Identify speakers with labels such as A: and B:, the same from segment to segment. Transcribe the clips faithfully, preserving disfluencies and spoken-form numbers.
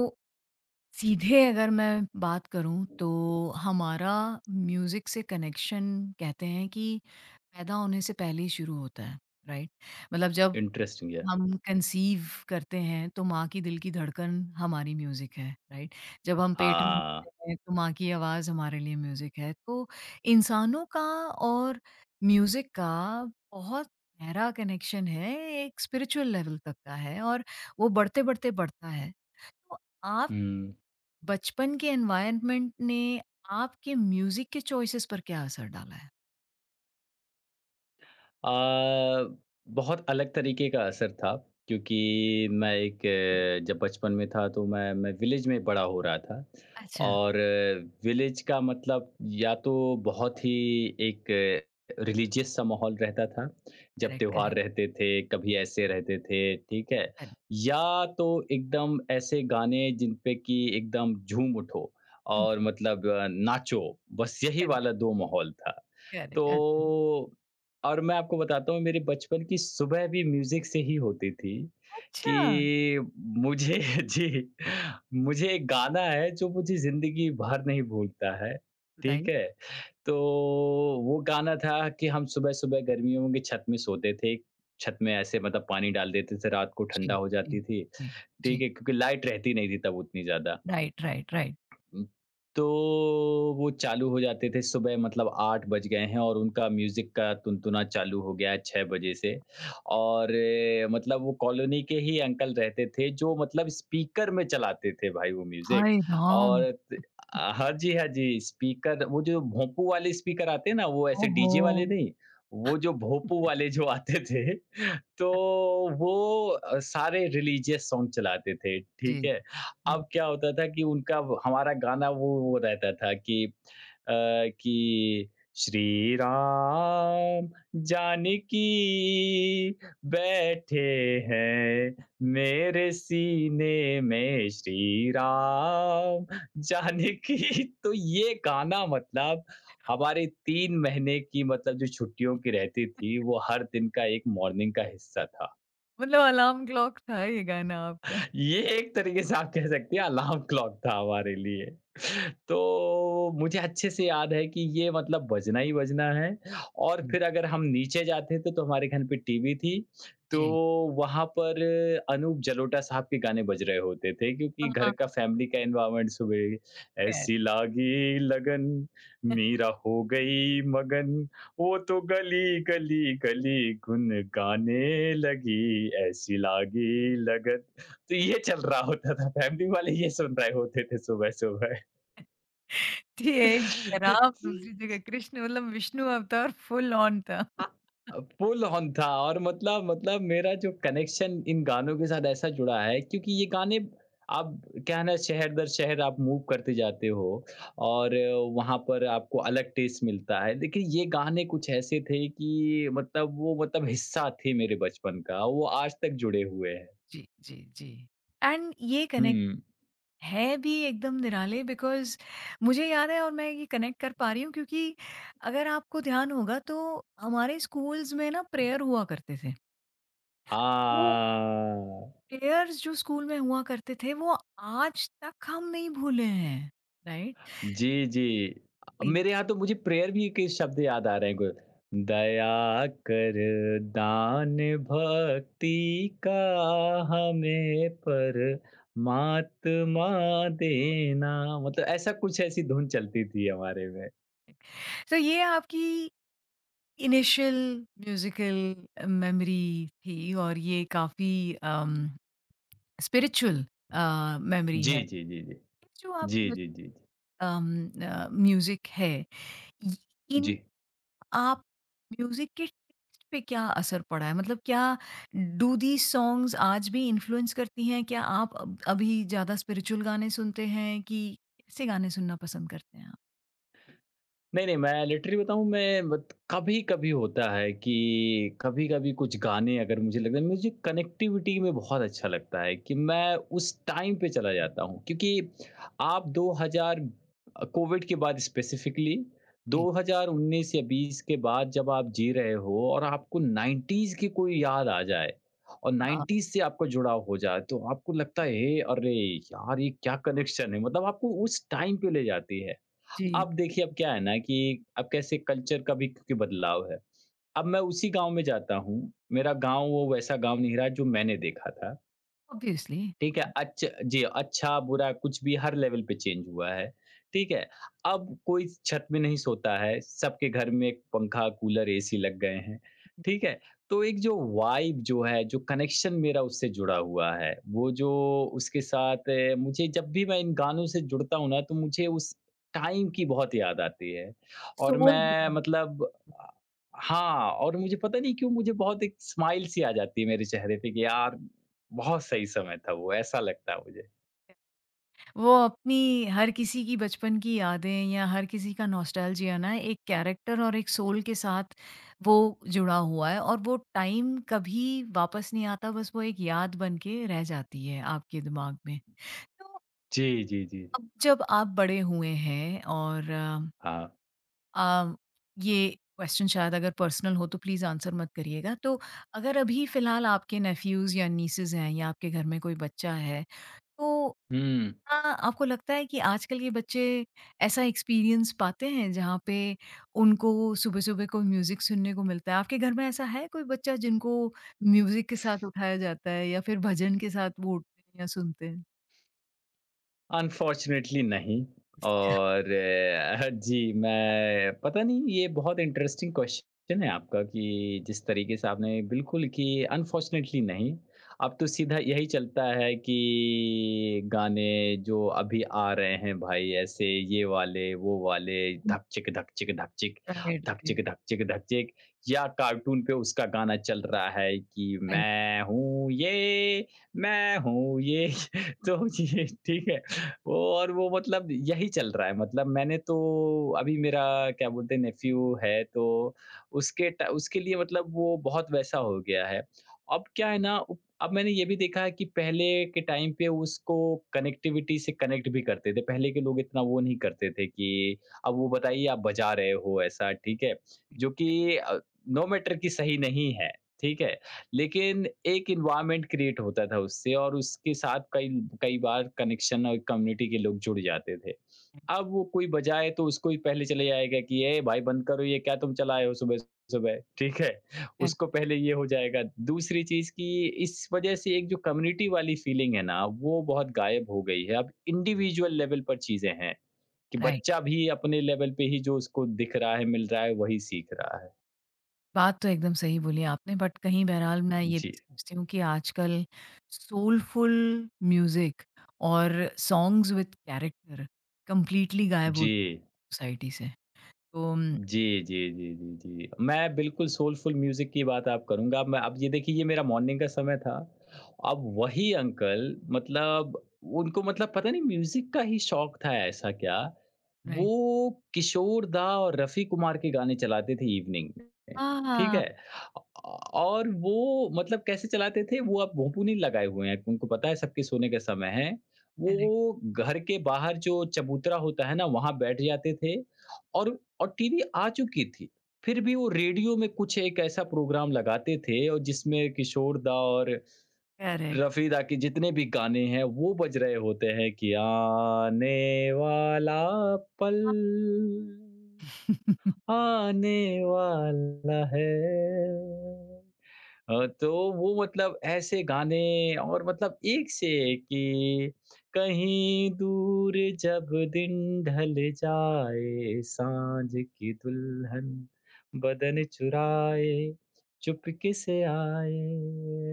A: तो सीधे अगर मैं बात करूँ तो हमारा म्यूज़िक से कनेक्शन कहते हैं कि पैदा होने से पहले ही शुरू होता है, राइट? मतलब जब
B: इंटरेस्टिंग है।
A: हम कंसीव करते हैं तो माँ की दिल की धड़कन हमारी म्यूज़िक है, राइट? जब हम पेट में
B: हाँ।
A: होते हैं तो माँ की आवाज़ हमारे लिए म्यूज़िक है। तो इंसानों का और म्यूज़िक का बहुत गहरा कनेक्शन है, एक स्पिरिचुअल लेवल तक का है और वो बढ़ते-बढ़ते बढ़ता है। तो आप
B: हुँ,
A: बचपन के एनवायरनमेंट ने आपके म्यूजिक के चॉइसेस पर क्या असर डाला है?
B: अ, बहुत अलग तरीके का असर था क्योंकि मैं एक अ, जब बचपन में था तो मैं मैं विलेज में बड़ा हो रहा था।
A: अच्छा,
B: और विलेज का मतलब या तो बहुत ही एक रिलीजियस सा माहौल रहता था जब
A: करेक्ट,
B: त्योहार
A: करेक्ट,
B: रहते थे, कभी ऐसे रहते थे। ठीक है। या तो एकदम ऐसे गाने जिन पे कि एकदम झूम उठो और
A: करेक्ट,
B: मतलब अ, नाचो। बस यही
A: करेक्ट,
B: वाला दो माहौल था। तो
A: करेक्ट, अच्छा।
B: और मैं आपको बताता हूँ मेरे बचपन की सुबह भी म्यूज़िक से ही होती थी।
A: अच्छा,
B: कि मुझे जी, मुझे एक गाना है जो मुझे ज़िंदगी भर नहीं भूलता है।
A: बताइए।
B: ठीक है? तो वो गाना था कि हम सुबह-सुबह गर्मियों की छत में सोते थे। छत में ऐसे मतलब पानी डाल देते थे, रात को ठंडा
A: जी,
B: हो जाती
A: जी,
B: थी।
A: जी,
B: ठीक
A: जी।
B: है? क्योंकि लाइट रहती नहीं थी तब उतनी ज़्यादा।
A: Right, right, right.
B: हुँ, तो वो चालू हो जाते थे सुबह मतलब आठ बज गए हैं और उनका म्यूज़िक का टुनटुना चालू हो गया है छह बजे से। और ए, मतलब वो कॉलोनी के ही अंकल रहते थे जो मतलब स्पीकर में चलाते थे भाई वो म्यूज़िक।
A: हाय राम!
B: और त अ, हाँ जी, हाँ जी, स्पीकर वो जो भोंपू वाले स्पीकर आते हैं ना, वो ऐसे
A: ओहो!
B: डीजे वाले नहीं, वो जो भोंपू वाले जो आते थे। तो वो अ, सारे रिलीजियस सॉन्ग चलाते थे।
A: जी,
B: ठीक है?
A: जी।
B: अब क्या होता था कि उनका वो हमारा गाना वो वो रहता था कि अ, कि श्री राम जानकी बैठे हैं मेरे सीने में श्री राम जानकी। तो ये गाना मतलब हमारे तीन महीने की मतलब जो छुट्टियों की रहती थी, वो हर दिन का एक मॉर्निंग का हिस्सा था।
A: मतलब अलार्म क्लॉक था ये गाना आपका।
B: ये एक तरीके से आप कह सकते हैं अलार्म क्लॉक था हमारे लिए। तो मुझे अच्छे से याद है कि ये मतलब बजना ही बजना है। और
A: जी,
B: फिर अगर हम नीचे जाते थे तो हमारे घर पे टीवी थी। तो
A: जी।
B: वहाँ पर अनूप जलोटा साहब के गाने बज रहे होते थे क्योंकि घर
A: हाँ,
B: का फैमिली का एनवायरनमेंट सुबह
A: खैर।
B: ऐसी लागी लगन मीरा हो गई मगन वो तो गली गली गली गुन गाने लगी ऐसी लागी लगन। तो ये चल रहा होता था, फैमिली वाले ये सुन रहे होते थे सुबह-सुबह।
A: ठीक। शराब
B: जी।
A: दूसरी जगह कृष्ण मतलब विष्णु अवतार फुल ऑन था।
B: हाँ। फुल ऑन था और मतलब मतलब मेरा जो कनेक्शन इन गानों के साथ ऐसा जुड़ा है क्योंकि ये गाने आप क्या है ना शहर दर शहर आप मूव करते जाते हो और वहाँ पर आपको अलग टेस्ट मिलता है। देखिए ये गाने कुछ ऐसे थे कि मतलब वो मतलब हिस्सा थे मेरे बचपन का, वो आज तक जुड़े हुए हैं।
A: जी, जी, जी। एंड ये कनेक्शन
B: हुँ।
A: है भी एकदम निराले बिकॉज़ मुझे याद है और मैं ये कनेक्ट कर पा रही हूँ क्योंकि अगर आपको ध्यान होगा तो हमारे स्कूल्स में ना प्रेयर हुआ करते थे। वो
B: हाँ।
A: प्रेयर्स जो स्कूल में हुआ करते थे वो आज तक हम नहीं भूले हैं, राइट?
B: जी, जी। अ,
A: जी।
B: मेरे यहाँ तो मुझे प्रेयर भी के शब्द याद आ रहे हैं कुछ। दया कर दान भक्ति का हमें परमात्मा देना। मतलब ऐसा कुछ ऐसी धुन चलती थी हमारे में।
A: तो ये आपकी इनिशियल म्यूज़िकल मेमोरी थी और ये काफ़ी अम, स्पिरिचुअल अ, मेमोरी
B: जी,
A: है।
B: जी, जी, जी।
A: जो
B: जी,
A: आपकी बच
B: जी, जी, जी।
A: अम, अ, म्यूज़िक है इ इन
B: जी।
A: आप म्यूज़िक के टेस्ट पे क्या असर पड़ा है? मतलब क्या डू दीज़ सॉन्ग्स आज भी इन्फ्लुएंस करती हैं? क्या आप अब अभी ज़्यादा स्पिरिचुअल गाने सुनते हैं कि कैसे गाने सुनना पसंद करते हैं आप?
B: नहीं, नहीं, मैं लिटरली बताऊँ मैं मत कभी-कभी होता है कि कभी-कभी कुछ गाने अगर मुझे लगता है, मुझे कनेक्टिविटी में बहुत अच्छा लगता है कि मैं उस टाइम पे चला जाता हूँ। क्योंकि आप दो हज़ार अ, कोविड के बाद स्पेसिफ़िकली
A: जी।
B: दो हज़ार उन्नीस या बीस के बाद जब आप जी रहे हो और आपको नाइंटीज़ की कोई याद आ जाए और
A: हाँ,
B: नाइंटीज़ से आपका जुड़ाव हो जाए, तो आपको लगता है, "हे! अरे यार, ये क्या कनेक्शन है।" मतलब आपको उस टाइम पे ले जाती है।
A: जी,
B: अब देखिए अब क्या है ना कि अब कैसे कल्चर का भी क्योंकि बदलाव है। अब मैं उसी गाँव में जाता हूँ, मेरा गाँव वो वैसा गाँव नहीं रहा जो मैंने देखा था।
A: ऑब्वियसली।
B: ठीक है, अच्छ जी, अच्छा, बुरा कुछ भी हर लेवल पे चेंज हुआ है। ठीक है? अब कोई छत में नहीं सोता है, सबके घर में पंखा, कूलर, एसी लग गए हैं। ठीक है? तो एक जो वाइब जो है, जो कनेक्शन मेरा उससे जुड़ा हुआ है, वो जो उसके साथ अ, मुझे जब भी मैं इन गानों से जुड़ता हूँ ना, तो मुझे उस टाइम की बहुत याद आती है। और
A: सोल।
B: मैं मतलब अ, हाँ और मुझे पता नहीं क्यों मुझे बहुत एक स्माइल सी आ जाती है मेरे चेहरे पे कि यार बहुत सही समय था वो, ऐसा लगता है मुझे।
A: वो अपनी हर किसी की बचपन की यादें या हर किसी का नॉस्टैल्जिया ना एक कैरेक्टर और एक सोल के साथ वो जुड़ा हुआ है और वो टाइम कभी वापस नहीं आता, बस वो एक याद बन के रह जाती है आपके दिमाग में। तो
B: जी, जी, जी।
A: अब जब आप बड़े हुए हैं और अ,
B: हाँ।
A: आ, ये क्वेश्चन शायद अगर पर्सनल हो तो प्लीज़ आंसर मत करिएगा। तो अगर अभी फ़िलहाल आपके नेफ्यूज़ या नीसेज़ हैं या आपके घर में कोई बच्चा है तो
B: हुँ,
A: हाँ, आपको लगता है कि आजकल के बच्चे ऐसा एक्सपीरियंस पाते हैं जहाँ पे उनको सुबह-सुबह को म्यूज़िक सुनने को मिलता है? आपके घर में ऐसा है कोई बच्चा जिनको म्यूज़िक के साथ उठाया जाता है या फिर भजन के साथ वो उठते हैं या सुनते हैं?
B: अनफॉर्च्युनेटली नहीं। और अ, जी, मैं पता नहीं ये बहुत इंटरेस्टिंग क्वेश्चन है आपका कि जिस तरीके से आपने बिल्कुल कि अनफॉर्च्युनेटली नहीं, अब तो सीधा यही चलता है कि गाने जो अभी आ रहे हैं भाई ऐसे ये वाले, वो वाले धक चिक, धक चिक, धक चिक,
A: राइट,
B: धक
A: राइट,
B: चिक, धक चिक, धक चिक या कार्टून पे उसका गाना चल रहा है कि
A: राइट,
B: मैं हूँ ये, मैं हूँ ये। तो ये ठीक है और वो मतलब यही चल रहा है। मतलब मैंने तो अभी मेरा क्या बोलते हैं नेफ्यू है तो उसके ट उसके लिए मतलब वो बहुत वैसा हो गया है। अब क्या है ना उ अब मैंने ये भी देखा है कि पहले के टाइम पे उसको कनेक्टिविटी से कनेक्ट भी करते थे। पहले के लोग इतना वो नहीं करते थे कि अब वो बताइए आप बजा रहे हो ऐसा। ठीक है? जो कि अ, नो मैटर कि सही नहीं है। ठीक है? लेकिन एक एनवायरनमेंट क्रिएट होता था उससे और उसके साथ कई कई बार कनेक्शन और कम्युनिटी के लोग जुड़ जाते थे। अब वो कोई बजाए तो उसको ही पहले चले जाएगा कि "ए भाई बंद करो ये क्या तुम चलाए हो सुबह-सुबह?" ठीक है?
A: राइट।
B: उसको पहले ये हो जाएगा। दूसरी चीज़ कि इस वज़ह से एक जो कम्युनिटी वाली फीलिंग है ना, वो बहुत गायब हो गई है। अब इंडिविजुअल लेवल पर चीज़ें हैं कि
A: राइट,
B: बच्चा भी अपने लेवल पे ही जो उसको दिख रहा है, मिल रहा है, वही सीख रहा है।
A: बात तो एकदम सही बोली आपने बट कहीं बहरहाल मैं ये
B: जी।
A: भी समझती हूँ कि आजकल सोलफुल म्यूज़िक और सॉन्ग्स विद कैरेक्टर कंप्लीटली गायब हो
B: जी।
A: सोसाइटी से। तो उम,
B: जी, जी, जी, जी, जी। मैं बिल्कुल सोलफुल म्यूज़िक की बात आप करूँगा। मैं अब ये देखिए ये मेरा मॉर्निंग का समय था। अब वही अंकल मतलब उनको मतलब पता नहीं म्यूज़िक का ही शौक था ऐसा क्या,
A: राइट।
B: वो किशोर दा और रफ़ी कुमार के गाने चलाते थे इवनिंग में। ठीक
A: हाँ,
B: है? अ, और वो मतलब कैसे चलाते थे वो अब भोंपू नहीं लगाए हुए हैं, उनको पता है सबके सोने का समय है।
A: करेक्ट,
B: वो घर के बाहर जो चबूतरा होता है ना, वहाँ बैठ जाते थे। और और टीवी आ चुकी थी। फिर भी वो रेडियो में कुछ एक ऐसा प्रोग्राम लगाते थे और जिसमें किशोर दा और
A: करेक्ट।
B: रफ़ी दा के जितने भी गाने हैं वो बज रहे होते हैं कि आने वाला पल,
A: आप
B: आने वाला है। अ, तो वो मतलब ऐसे गाने और मतलब एक से एक कि कहीं दूर जब दिन ढल जाए साँझ की दुल्हन बदन चुराए चुपके से आए।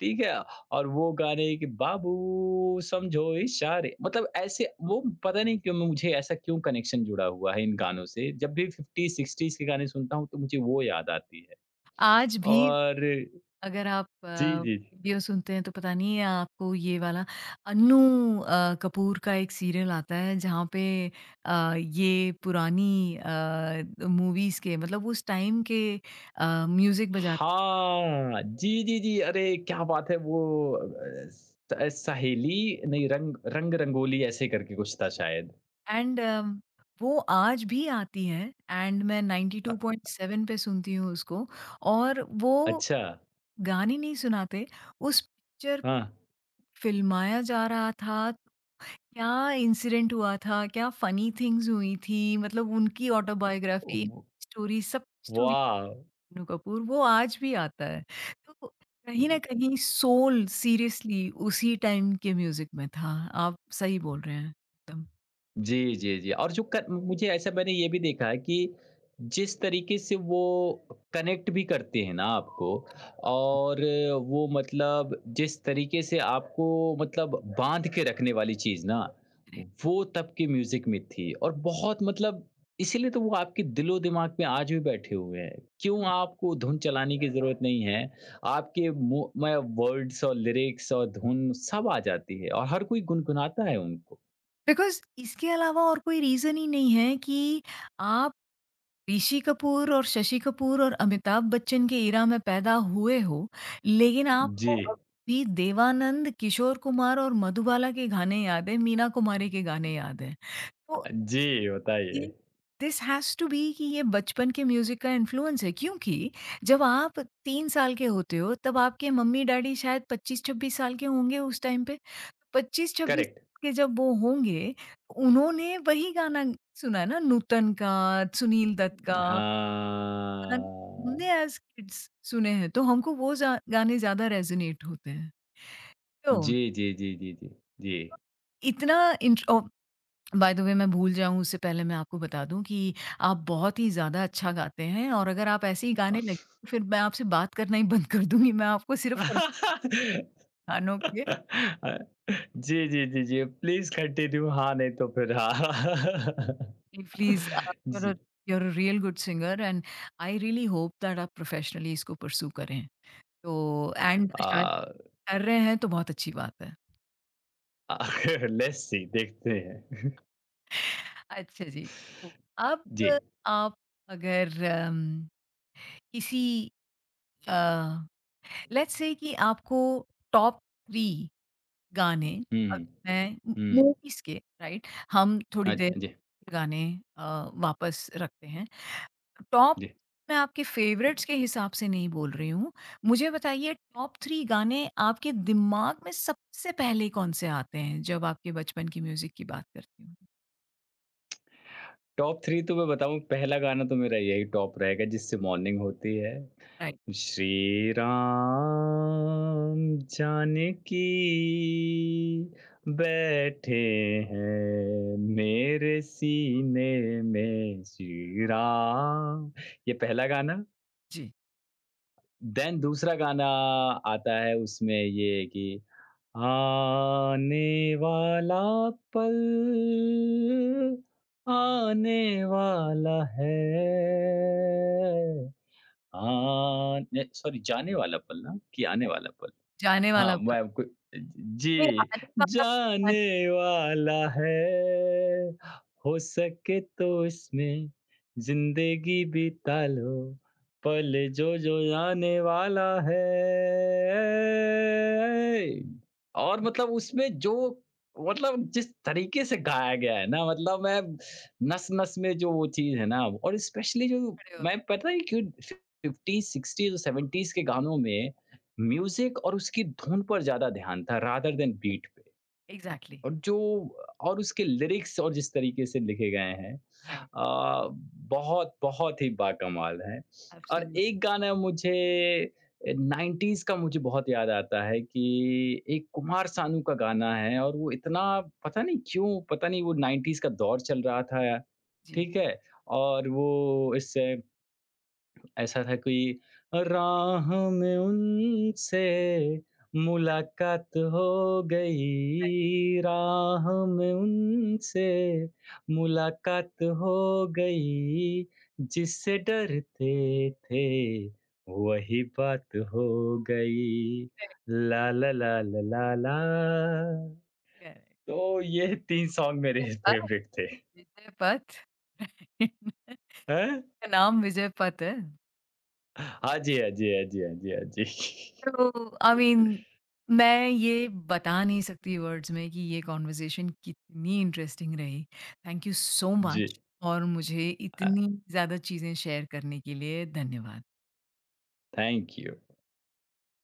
B: ठीक है? और वो गाने कि बाबू समझो इशारे, मतलब ऐसे वो पता नहीं क्यों मुझे ऐसा क्यों कनेक्शन जुड़ा हुआ है इन गानों से। जब भी फ़िफ्टी, सिक्सटीज़ के गाने सुनता हूँ तो मुझे वो याद आती है।
A: आज भी
B: और
A: अगर आप
B: जी,
A: अ,
B: जी, जी।
A: रेडियो सुनते हैं तो पता नहीं है आपको ये वाला अन्नू अ, कपूर का एक सीरियल आता है जहाँ पे अ, ये पुरानी अ, मूवीज़ के मतलब उस टाइम के अ, म्यूज़िक बजाते।
B: हाँ, जी, जी, जी, अरे क्या बात है वो अ, स सहेली नहीं रंग रंग रंगोली ऐसे करके कुछ था शायद।
A: एंड वो आज भी आती है। एंड मैं
B: अ,
A: नाइन्टी टू पॉइंट सेवन पे सुनती हूँ उसको। और वो
B: अच्छा,
A: गाने नहीं सुनाते, उस पिक्चर
B: हाँ,
A: फ़िल्माया जा रहा था, क्या इंसिडेंट हुआ था, क्या फनी थिंग्स हुई थी, मतलब उनकी ऑटोबायोग्राफी, स्टोरी, सब स्टोरी।
B: वाह!
A: नु कपूर वो आज भी आता है। तो कहीं न कहीं सोल सीरियसली उसी टाइम के म्यूज़िक में था। आप सही बोल रहे हैं एकदम।
B: जी, जी, जी। और जो क मुझे ऐसा मैंने ये भी देखा है कि जिस तरीके से वो कनेक्ट भी करते हैं ना आपको और वो मतलब जिस तरीके से आपको मतलब बाँध के रखने वाली चीज़ ना, वो तब के म्यूज़िक में थी और बहुत मतलब इसीलिए तो वो आपके दिलो-दिमाग में आज भी बैठे हुए हैं। क्यों आपको धुन चलाने की ज़रूरत नहीं है, आपके मुँह में वर्ड्स और लिरिक्स और धुन सब आ जाती है और हर कोई गुनगुनाता है उनको।
A: बिकॉज़ इसके अलावा और कोई रीज़न ही नहीं है कि आप ऋषि कपूर और शशि कपूर और अमिताभ बच्चन के ईरा में पैदा हुए हो, लेकिन आपको
B: जी।
A: अब भी देवानंद, किशोर कुमार और मधुबाला के गाने याद हैं, मीना कुमारी के गाने याद हैं। तो
B: जी,
A: ये
B: बताइए।
A: दिस हैज़ टू बी कि ये बचपन के म्यूज़िक का इन्फ्लुएंस है क्योंकि जब आप तीन साल के होते हो, तब आपके मम्मी-डैडी शायद पच्चीस छब्बीस साल के होंगे उस टाइम पे। पच्चीस छब्बीस
B: करेक्ट।
A: के जब वो होंगे, उन्होंने वही गाना सुना ना नूतन का, सुनील दत्त का। गाने
B: हाँ।
A: हमने एज़ किड्स सुने हैं, तो हमको वो जा गाने ज़्यादा रेज़ोनेट होते हैं। तो
B: जी, जी, जी, जी, जी, जी।
A: इतना इंट्र ओह! बाय द वे मैं भूल जाऊँ उससे पहले मैं आपको बता दूँ कि आप बहुत ही ज़्यादा अच्छा गाते हैं और अगर आप ऐसे ही गाने लगे, तो फिर मैं आपसे बात करना ही बंद कर दूँगी। मैं आपको
B: अ,
A: सिर्फ़ और गानों के
B: जी, जी, जी, जी। प्लीज़ कंटिन्यू हाँ, नहीं तो फिर हाँ।
A: कि प्लीज़ आप यू आर अ
B: जी।
A: You are a real good singer and I really hope that आप प्रोफ़ेशनली इसको परस्यू करें। तो एंड शायद
B: अ,
A: कर रहे हैं, तो बहुत अच्छी बात है।
B: लेट्स सी देखते हैं।
A: अच्छा जी। हुँ। अब
B: जी।
A: आप अगर अम, किसी अ, लेट्स से कि आपको टॉप थ्री गाने अब
B: हुँ,
A: मैं मू
B: हुँ।
A: मूवीज़ के राइट? हम थोड़ी
B: हाँ
A: देर
B: जी,
A: गाने अ, वापस रखते हैं। टॉप।
B: जी।
A: मैं आपके फ़ेवरेट्स के हिसाब से नहीं बोल रही हूँ। मुझे बताइए टॉप थ्री गाने आपके दिमाग में सबसे पहले कौन-से आते हैं जब आपके बचपन की म्यूज़िक की बात करती हूँ?
B: टॉप तीन तो मैं बताऊँ पहला गाना तो मेरा यही टॉप रहेगा जिससे मॉर्निंग होती है।
A: राइट,
B: श्री राम जानकी बैठे हैं मेरे सीने में श्री राम। ये पहला गाना।
A: जी,
B: देन दूसरा गाना आता है उसमें ये कि आने वाला पल आने वाला है। आ, नहीं सॉरी, जाने वाला पल ना? कि आने
A: राइट।
B: वाला पल?
A: जाने
B: हाँ,
A: वाला
B: मैं आपको
A: नहीं,
B: जी,
A: आने का मतलब खड़े
B: जाने वाला है, हो सके तो इसमें ज़िंदगी बिता लो, पल जो, जो आने वाला है। और मतलब उसमें जो मतलब जिस तरीके से गाया गया है ना, मतलब मैं नस-नस में जो वो चीज़ है ना और स्पेशली जो
A: खड़े
B: मैं
A: होते।
B: पता है क्यों फ़िफ्टीज़, सिक्सटीज़ और सेवेंटीज़ के गानों में म्यूज़िक और उसकी धुन पर ज़्यादा ध्यान था रादर देन बीट पे।
A: Exactly.
B: और जो और उसके लिरिक्स और जिस तरीके से लिखे गए हैं
A: Right.
B: अ, बहुत, बहुत ही बाकमाल है। और
A: Absolutely.
B: एक गाना मुझे अ, नाइंटीज़ का मुझे बहुत याद आता है कि एक कुमार सानू का गाना है और वो इतना पता नहीं क्यों, पता नहीं वो नाइंटीज़ का दौर चल रहा था।
A: जी।
B: ठीक है? और वो इससे ऐसा था कोई राह में उनसे मुलाकात हो
A: करेक्ट,
B: गई, राह में उनसे मुलाकात हो गई, जिससे डरते थे वही बात हो गई।
A: करेक्ट।
B: ला ला ला ला ला ला।
A: करेक्ट।
B: तो ये तीन सॉन्ग मेरे फेवरेट थे।
A: विजय पथ। का
B: हैं?
A: नाम विजय पथ है।
B: हाँ जी, हाँ जी, हाँ जी, हाँ जी, हाँ जी।
A: तो आई मीन मैं ये बता नहीं सकती वर्ड्स में कि ये कन्वर्सेशन कितनी इंटरेस्टिंग रही। थैंक यू सो
B: जी।
A: मच और मुझे
B: अ,
A: इतनी ज़्यादा चीज़ें शेयर करने के लिए धन्यवाद।
B: Thank you.